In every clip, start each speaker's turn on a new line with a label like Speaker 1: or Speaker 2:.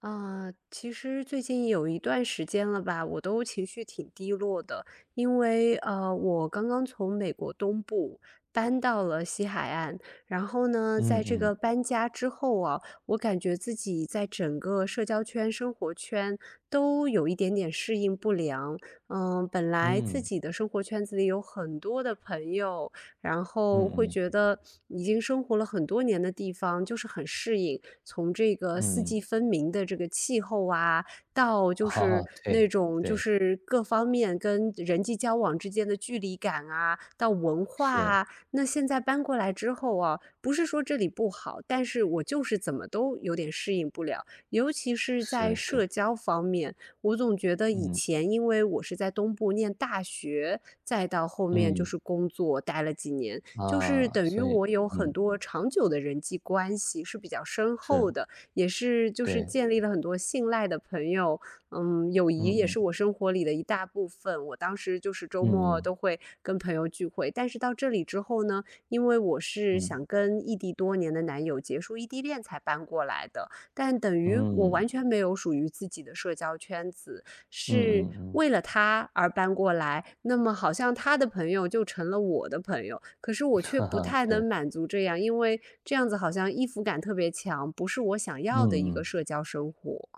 Speaker 1: 啊，其实最近有一段时间了吧，我都情绪挺低落的，因为我刚刚从美国东部搬到了西海岸，然后呢，在
Speaker 2: 嗯
Speaker 1: 这
Speaker 2: 嗯
Speaker 1: 个搬家之后啊，我感觉自己在整个社交圈、生活圈都有一点点适应不良。嗯，本来自
Speaker 2: 嗯
Speaker 1: 己的生活圈子里有很多的朋友，然
Speaker 2: 嗯
Speaker 1: 后会
Speaker 2: 嗯
Speaker 1: 觉得已经生活了很多年的地方就是很适应，从这个四
Speaker 2: 嗯，
Speaker 1: 季分明的这个气候啊，到 就是
Speaker 2: 好，
Speaker 1: 那
Speaker 2: 对
Speaker 1: 种就
Speaker 2: 对，
Speaker 1: 是各方面跟人际交往之间的距离感啊，到文化
Speaker 2: 是
Speaker 1: 啊，那现在搬过来之后啊，不是说这里不好，但是我就是怎么都有点适应不了，尤其是在
Speaker 2: 是
Speaker 1: 社
Speaker 2: 是，
Speaker 1: 交方面。我总觉得以
Speaker 2: 嗯
Speaker 1: 前因为我是在东部念大学，再到后面就
Speaker 2: 嗯，
Speaker 1: 是工作待了几年，就是
Speaker 2: 啊，
Speaker 1: 等于
Speaker 2: 所以
Speaker 1: 我有很
Speaker 2: 嗯，
Speaker 1: 多长久的人际关系是比较深
Speaker 2: 是，
Speaker 1: 厚的，也是就是
Speaker 2: 对，
Speaker 1: 建立了很多信赖的朋友，嗯，友
Speaker 2: 嗯
Speaker 1: 谊也
Speaker 2: 嗯
Speaker 1: 是我生活里的一大部分。我当时就是周末
Speaker 2: 嗯
Speaker 1: 都会跟朋友聚会，但是到这里之后呢，因为我是
Speaker 2: 嗯
Speaker 1: 想跟异地多年的男友结束异地恋才搬过来的，但等于我
Speaker 2: 嗯
Speaker 1: 完全没有属于自己的社交圈子，
Speaker 2: 嗯
Speaker 1: 是
Speaker 2: 嗯嗯，
Speaker 1: 为 了他而搬过来，那么好像他的朋友就成了我的朋友，可是
Speaker 2: 嗯，
Speaker 1: 我却
Speaker 2: 哈
Speaker 1: 不
Speaker 2: 哈，
Speaker 1: 太能
Speaker 2: 是，
Speaker 1: 满足这样，因为这样子好像依附感特别强，不是我想
Speaker 2: 嗯
Speaker 1: 要的一个
Speaker 2: 嗯
Speaker 1: 社交生活。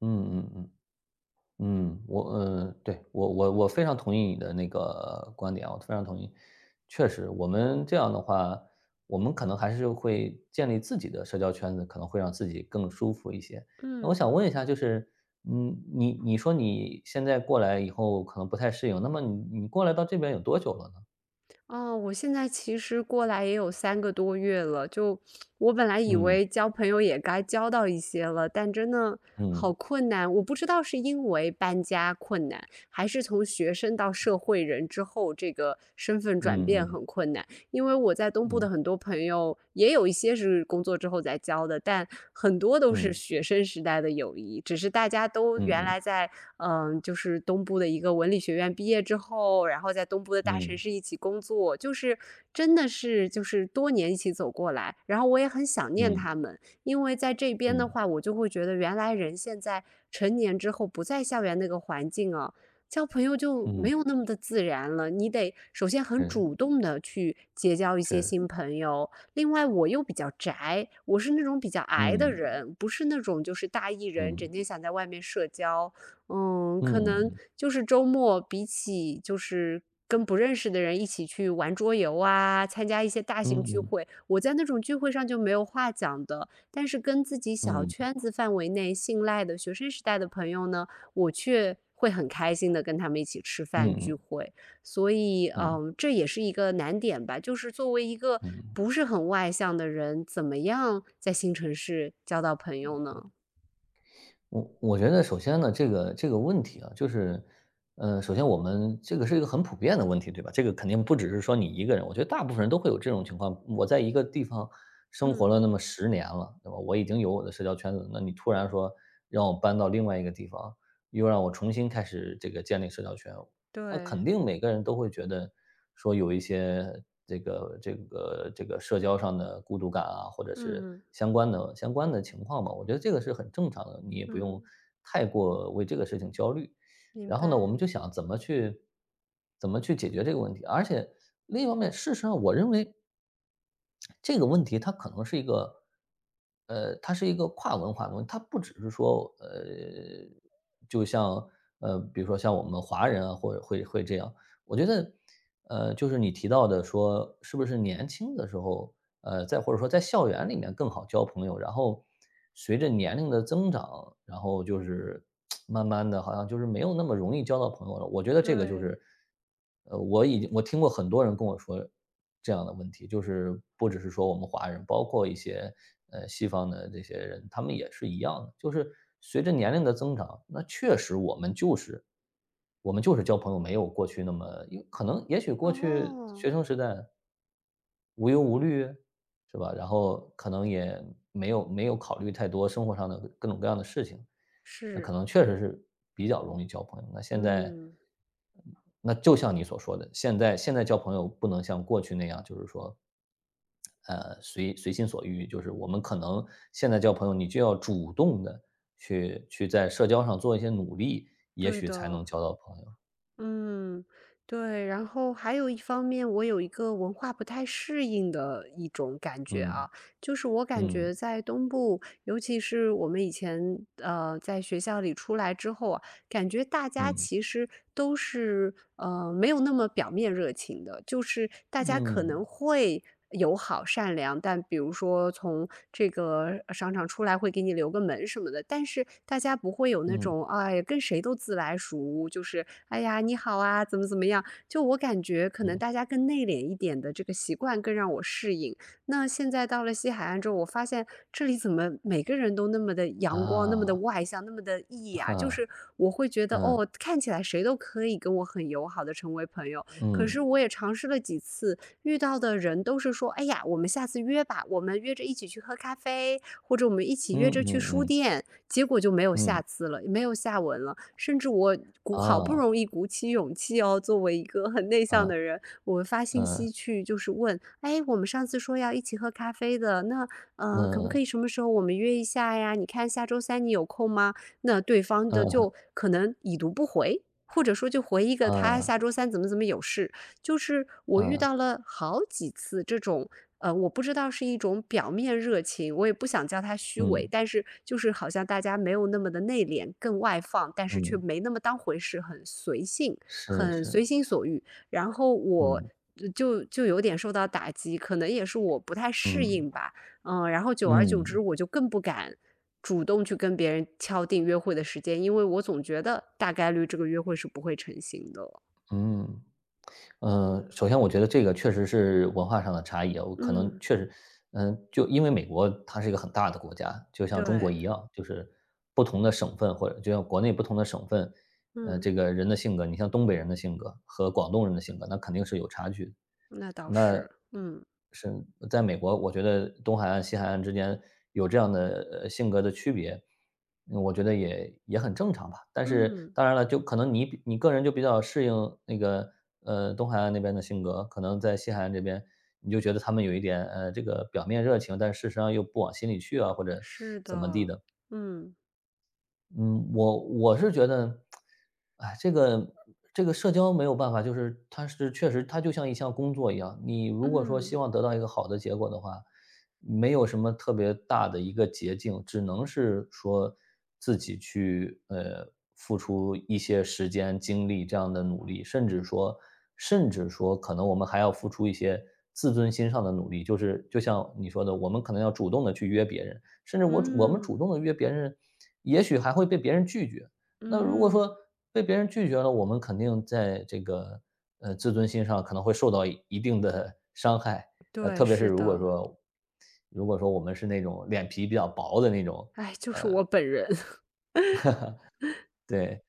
Speaker 2: 嗯嗯嗯。嗯，对，我非常同意你的那个观点啊，我非常同意。确实，我们这样的话，我们可能还是会建立自己的社交圈子，可能会让自己更舒服一些。那我
Speaker 1: 嗯。
Speaker 2: 想问一下，就是，你说你现在过来以后可能不太适应，那么你过来到这边有多久了呢？
Speaker 1: 哦，我现在其实过来也有三个多月了，就我本来以
Speaker 2: 嗯
Speaker 1: 为交朋友也该交到一些了，但真的好
Speaker 2: 嗯
Speaker 1: 困难。我不知道是因为搬家困难，还是从学生到社会人之后，这个身份转
Speaker 2: 嗯
Speaker 1: 变
Speaker 2: 嗯
Speaker 1: 很困难。因为我在东部的
Speaker 2: 嗯
Speaker 1: 很多朋友，也有一些是工作之后才交的，但很多都是
Speaker 2: 嗯
Speaker 1: 学生时代的友谊，只是大家都原
Speaker 2: 嗯
Speaker 1: 来在就是东部的一个文理学院毕业之后，然后在东部的大城
Speaker 2: 嗯
Speaker 1: 市一起工作，就是真的是就是多年一起走过来，然后我也很想念
Speaker 2: 嗯
Speaker 1: 他们，因为在这边的
Speaker 2: 嗯
Speaker 1: 话，我就会觉得原来人现在成年之后不在校园那个环境，交朋友就没
Speaker 2: 嗯，
Speaker 1: 有那么的自然了，你得首先很
Speaker 2: 是
Speaker 1: 主动的去结交一些
Speaker 2: 是，
Speaker 1: 新朋友。另外，我又比较宅，我是那种比较矮的
Speaker 2: 嗯
Speaker 1: 人，不是那种就是大 E 人，整
Speaker 2: 嗯
Speaker 1: 天想在外面社交。嗯，
Speaker 2: 嗯
Speaker 1: 可能
Speaker 2: 嗯
Speaker 1: 就是周末比起就是跟不认识的人一起去玩桌游啊，参加一些大
Speaker 2: 嗯
Speaker 1: 型聚
Speaker 2: 嗯。
Speaker 1: 会，我在那种聚会上就没有话讲的。但是跟自己小
Speaker 2: 嗯
Speaker 1: 圈子范围内信赖的学生时代的朋友呢，我却会很开心的跟他们一起吃
Speaker 2: 嗯
Speaker 1: 饭聚
Speaker 2: 嗯
Speaker 1: 会。所以，
Speaker 2: 嗯，
Speaker 1: 嗯，这也是一个难点吧，就是作为一个
Speaker 2: 嗯
Speaker 1: 不是很外向的人，怎么样在新城市交到朋友呢？
Speaker 2: 我觉得首先呢，这个问题啊，就是，首先我们这个是一个很普遍的问题，对吧？这个肯定不只是说你一个人，我觉得大部分人都会有这种情况。我在一个地方生活
Speaker 1: 嗯。
Speaker 2: 了那么10年了，对吧？我已经有我的社交圈子了，那你突然说让我搬到另外一个地方，又让我重新开始这个建立社交圈，那
Speaker 1: 对，
Speaker 2: 肯定每个人都会觉得说有一些这个社交上的孤独感啊，或者是
Speaker 1: 嗯
Speaker 2: 相关的情况嘛。我觉得这个是很正常的，你也不用
Speaker 1: 嗯，
Speaker 2: 太过为这个事情焦虑。
Speaker 1: 明
Speaker 2: 然后呢，我
Speaker 1: 白，
Speaker 2: 们就想怎么去解决这个问题。而且另一方面，事实上我认为这个问题它可能是一个，它是一个跨文化的问题，它不只是说，就像比如说像我们华人啊，或者会这样。我觉得就是你提到的说，是不是年轻的时候，再或者说在校园里面更好交朋友，然后随着年龄的增长，然后就是慢慢的，好像就是没有那么容易交到朋友了。我觉得这个就
Speaker 1: 对，
Speaker 2: 是，我已经我听过很多人跟我说这样的问题，就是不只是说我们华人，包括一些西方的这些人，他们也是一样的，就是随着年龄的增长，那确实我们就是。我们就是交朋友，没有过去那么因为可能也许过去
Speaker 1: 哦，
Speaker 2: 学生时代无忧无虑，是吧？然后可能也没有考虑太多生活上的各种各样的事情，那可
Speaker 1: 是，
Speaker 2: 能确实是比较容易交朋友。那现在，
Speaker 1: 嗯，
Speaker 2: 那就像你所说的，现在交朋友不能像过去那样，就是说，随心所欲。就是我们可能现在交朋友，你就要主动的去在社交上做一些努力，也
Speaker 1: 对
Speaker 2: 许才
Speaker 1: 的。
Speaker 2: 能交到朋友。
Speaker 1: 嗯，对，然后还有一方面，我有一个文化不太适应的一种感觉
Speaker 2: 嗯。
Speaker 1: 啊，就是我感
Speaker 2: 嗯，
Speaker 1: 觉在东部，尤其是我们以前在学校里出来之后啊。感觉大家
Speaker 2: 嗯，
Speaker 1: 其实都是没有那么表面热情的，就是大家可
Speaker 2: 嗯，
Speaker 1: 能会友好善良，但比如说从这个商场出来会给你留个门什么的，但是大家不会有那
Speaker 2: 嗯，
Speaker 1: 种哎跟谁都自来熟，就是哎呀你好啊怎么怎么样，就我感觉可能
Speaker 2: 嗯，
Speaker 1: 大家更内敛一点的这个习惯更让我适应。那现在到了西海岸之后，我发现这里怎么每个人都那么的阳光，那么的
Speaker 2: 啊，
Speaker 1: 外向，那么的 E 呀啊？就
Speaker 2: 哈，
Speaker 1: 是我会觉得，
Speaker 2: 嗯，
Speaker 1: 哦，看起来谁都可以跟我很友好的成为朋友。可
Speaker 2: 嗯，
Speaker 1: 是我也尝试了几次，遇到的人都是说，哎呀，我们下次约吧，我们约着一起去喝咖啡，或者我们一起约
Speaker 2: 嗯
Speaker 1: 着去
Speaker 2: 嗯
Speaker 1: 书
Speaker 2: 嗯
Speaker 1: 店，结果就没有
Speaker 2: 嗯，
Speaker 1: 下次了，没有下文了。甚至我好不
Speaker 2: 啊，
Speaker 1: 容易鼓起勇气哦，作为一个很内向
Speaker 2: 啊，
Speaker 1: 的人，我发信
Speaker 2: 嗯，
Speaker 1: 息去就是问，哎，我们上次说要一起喝咖啡的，那可不可
Speaker 2: 嗯，
Speaker 1: 以什么时候我们约一下呀？你看下周三你有空吗？那对方的
Speaker 2: 嗯，
Speaker 1: 就可能已读不回，或者说就
Speaker 2: 嗯，嗯，嗯，嗯啊啊嗯
Speaker 1: 回一个他
Speaker 2: 嗯嗯啊，
Speaker 1: 下周三怎么怎么有事。就是我遇
Speaker 2: 嗯
Speaker 1: 到了好几次这种，呃，我不知道是一种表面热情，我也不想叫他虚伪，
Speaker 2: 嗯
Speaker 1: 但是就是好像大家没有那么的内敛，更外放，但是却
Speaker 2: 嗯
Speaker 1: 没那么当回事，很随性，
Speaker 2: 是
Speaker 1: 很随
Speaker 2: 是，
Speaker 1: 心所欲。然后我
Speaker 2: 嗯，
Speaker 1: 就有点受到打击，可能也是我不太适
Speaker 2: 嗯，
Speaker 1: 应吧，嗯，然后久而久之，
Speaker 2: 嗯，
Speaker 1: 我就更不敢。主动去跟别人敲定约会的时间，因为我总觉得大概率这个约会是不会成型的。
Speaker 2: 嗯。首先我觉得这个确实是文化上的差异啊，我可能
Speaker 1: 嗯，
Speaker 2: 确实，就因为美国它是一个很大的国家，就像中国
Speaker 1: 对，
Speaker 2: 一样，就是不同的省份或者就像国内不同的省份，
Speaker 1: 嗯，
Speaker 2: 这个人的性格，你像东北人的性格和广东人的性格，那肯定是有差距的。
Speaker 1: 那倒
Speaker 2: 那
Speaker 1: 是，嗯，
Speaker 2: 是在美国，我觉得东海岸、西海岸之间有这样的，性格的区别，我觉得也很正常吧。但是
Speaker 1: 嗯，
Speaker 2: 当然了，就可能你个人就比较适应那个，东海岸那边的性格，可能在西海岸这边，你就觉得他们有一点，这个表面热情，但事实上又不往心里去啊，或者
Speaker 1: 是
Speaker 2: 怎么地
Speaker 1: 的，
Speaker 2: 的。
Speaker 1: 嗯，
Speaker 2: 嗯，我是觉得，哎，这个社交没有办法，就是它是确实它就像一项工作一样，你如果说
Speaker 1: 嗯，
Speaker 2: 希望得到一个好的结果的话，没有什么特别大的一个捷径，只能是说自己去付出一些时间、精力这样的努力，甚至说可能我们还要付出一些自尊心上的努力，就是就像你说的，我们可能要主动的去约别人。甚至我们
Speaker 1: 嗯，
Speaker 2: 主动的约别人，也许还会被别人拒绝。那如果说
Speaker 1: 嗯，
Speaker 2: 被别人拒绝了，我们肯定在这个，自尊心上可能会受到一定的伤害。
Speaker 1: 对，
Speaker 2: 特别是
Speaker 1: 是
Speaker 2: 如果
Speaker 1: 的，
Speaker 2: 说如果说我们是那种脸皮比较薄的那种，
Speaker 1: 哎，就是我本人，
Speaker 2: 对，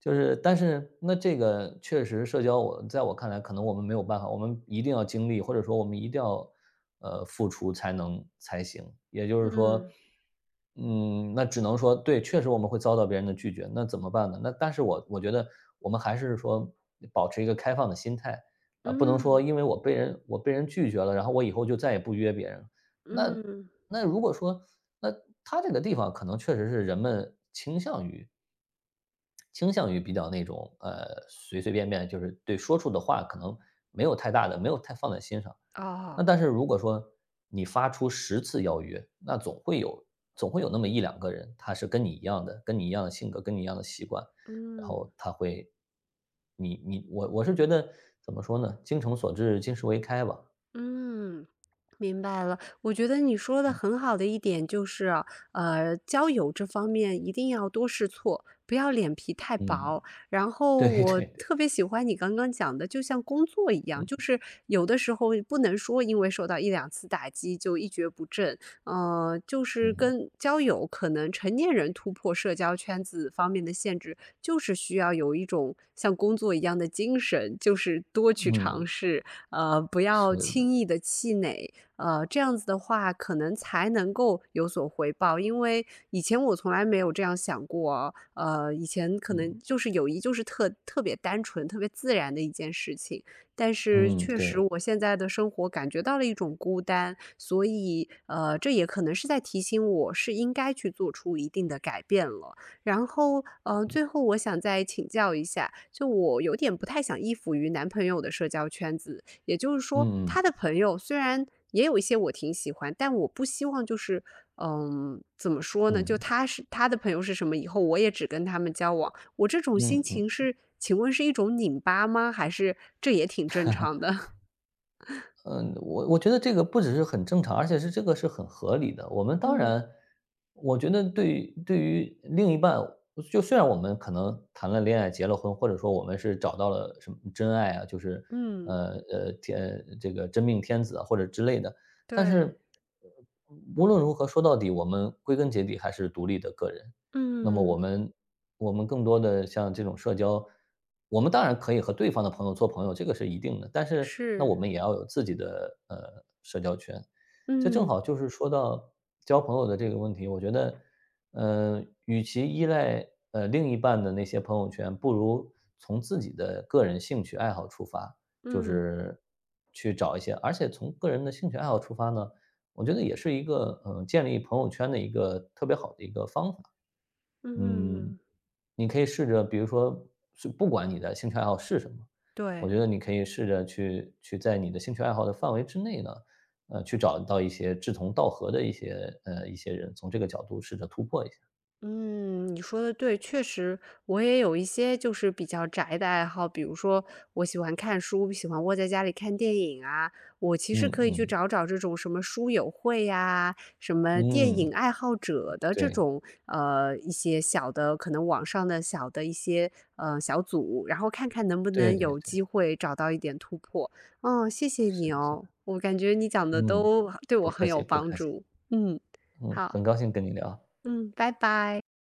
Speaker 2: 就是但是那这个确实社交我看来，可能我们没有办法，我们一定要经历，或者说我们一定要，付出才行。也就是说，
Speaker 1: 嗯，
Speaker 2: 那只能说对，确实我们会遭到别人的拒绝，那怎么办呢？那但是我觉得我们还是说保持一个开放的心态，啊，不能说
Speaker 1: 嗯，
Speaker 2: 因为我被人拒绝了，然后我以后就再也不约别人了。那
Speaker 1: 嗯，
Speaker 2: 那如果说，那他这个地方可能确实是人们倾向于比较那种，随随便便，就是对说出的话可能没有太大的没有太放在心上。那
Speaker 1: 哦，
Speaker 2: 但是如果说你发出10次邀约，那总会有那么一两个人，他是跟你一样的性格，跟你一样的习惯，然后
Speaker 1: 嗯，
Speaker 2: 他会你你我我是觉得怎么说呢，精诚所至，金石为开吧。
Speaker 1: 嗯。明白了，我觉得你说的很好的一点就是，交友这方面一定要多试错，不要脸皮太
Speaker 2: 嗯，
Speaker 1: 薄。然后
Speaker 2: 对
Speaker 1: 我
Speaker 2: 对对，
Speaker 1: 特别喜欢你刚刚讲的，就像工作一样，
Speaker 2: 嗯，
Speaker 1: 就是有的时候不能说因为受到一两次打击就一蹶不振，呃，就是
Speaker 2: 嗯，
Speaker 1: 跟交友可能成年人突破社交圈子方面的限制，就是需要有一种像工作一样的精神，就是多
Speaker 2: 嗯，
Speaker 1: 去尝
Speaker 2: 嗯
Speaker 1: 试，呃，不要
Speaker 2: 是的，
Speaker 1: 轻易的气馁。呃，这样子的话可能才能够有所回报。因为以前我从来没有这样想过，以前可能
Speaker 2: 嗯，
Speaker 1: 就是友谊就是特别单纯、特别自然的一件事情，但是
Speaker 2: 嗯，
Speaker 1: 确实
Speaker 2: 对，
Speaker 1: 我现在的生活感觉到了一种孤单，所以这也可能是在提醒我是应该去做出一定的改变了。然后，最后我想再请教一下，就我有点不太想依附于男朋友的社交圈子，也就是说，
Speaker 2: 嗯嗯，
Speaker 1: 他的朋友虽然也有一些我挺喜欢，但我不希望就是，嗯，怎么说呢？就
Speaker 2: 嗯，
Speaker 1: 他是他的朋友是什么，以后我也只跟他们交往。我这种心
Speaker 2: 嗯嗯。
Speaker 1: 情是，请问是一种拧巴吗？还是这也挺正常的？
Speaker 2: 嗯，我觉得这个不只是很正常，而且是这个是很合理的。我们 当
Speaker 1: 嗯
Speaker 2: 然，我觉得对于另一半，就虽然我们可能谈了恋爱、结了婚，或者说我们是找到了什么真爱啊，就是
Speaker 1: 嗯，
Speaker 2: 呃呃天这个真命天子啊或者之类的，但
Speaker 1: 对，
Speaker 2: 是呃无论如何说到底，我们归根结底还是独立的个人。那么我
Speaker 1: 嗯，
Speaker 2: 们我们更多的像这种社交，我们当然可以和对方的朋友做朋友，这个是一定的，但是那我
Speaker 1: 是，
Speaker 2: 们也要有自己的社交圈。这正
Speaker 1: 嗯
Speaker 2: 好就是说到交朋友的这个问题，我觉得，与其依赖另一半的那些朋友圈，不如从自己的个人兴趣爱好出发，就
Speaker 1: 嗯
Speaker 2: 是去找一些，而且从个人的兴趣爱好出发呢，我觉得也是一个建立朋友圈的一个特别好的一个方法。嗯，
Speaker 1: 嗯，
Speaker 2: 你可以试着，比如说是不管你的兴趣爱好是什么，我
Speaker 1: 对。
Speaker 2: 觉得你可以试着去在你的兴趣爱好的范围之内呢，去找到一些志同道合的一些人，从这个角度试着突破一下。
Speaker 1: 嗯，你说的对，确实，我也有一些就是比较宅的爱好，比如说我喜欢看书，喜欢窝在家里看电影啊。我其实
Speaker 2: 嗯
Speaker 1: 可以去
Speaker 2: 嗯
Speaker 1: 找找这种什么书友会呀、什么电
Speaker 2: 嗯，
Speaker 1: 影爱好者的这
Speaker 2: 对
Speaker 1: 种一些小的，可能网上的小的一些小组，然后看看能不
Speaker 2: 对
Speaker 1: 能
Speaker 2: 对
Speaker 1: 有
Speaker 2: 对，
Speaker 1: 机会找到一点突破。嗯，谢谢
Speaker 2: 是
Speaker 1: 你
Speaker 2: 的是
Speaker 1: 哦，
Speaker 2: 的，
Speaker 1: 我感觉你讲的
Speaker 2: 嗯，
Speaker 1: 都对
Speaker 2: 不
Speaker 1: 我很
Speaker 2: 客
Speaker 1: 有
Speaker 2: 气不
Speaker 1: 帮
Speaker 2: 客气，
Speaker 1: 助。嗯，
Speaker 2: 嗯，
Speaker 1: 好，
Speaker 2: 很高兴跟你聊。
Speaker 1: 嗯，拜拜。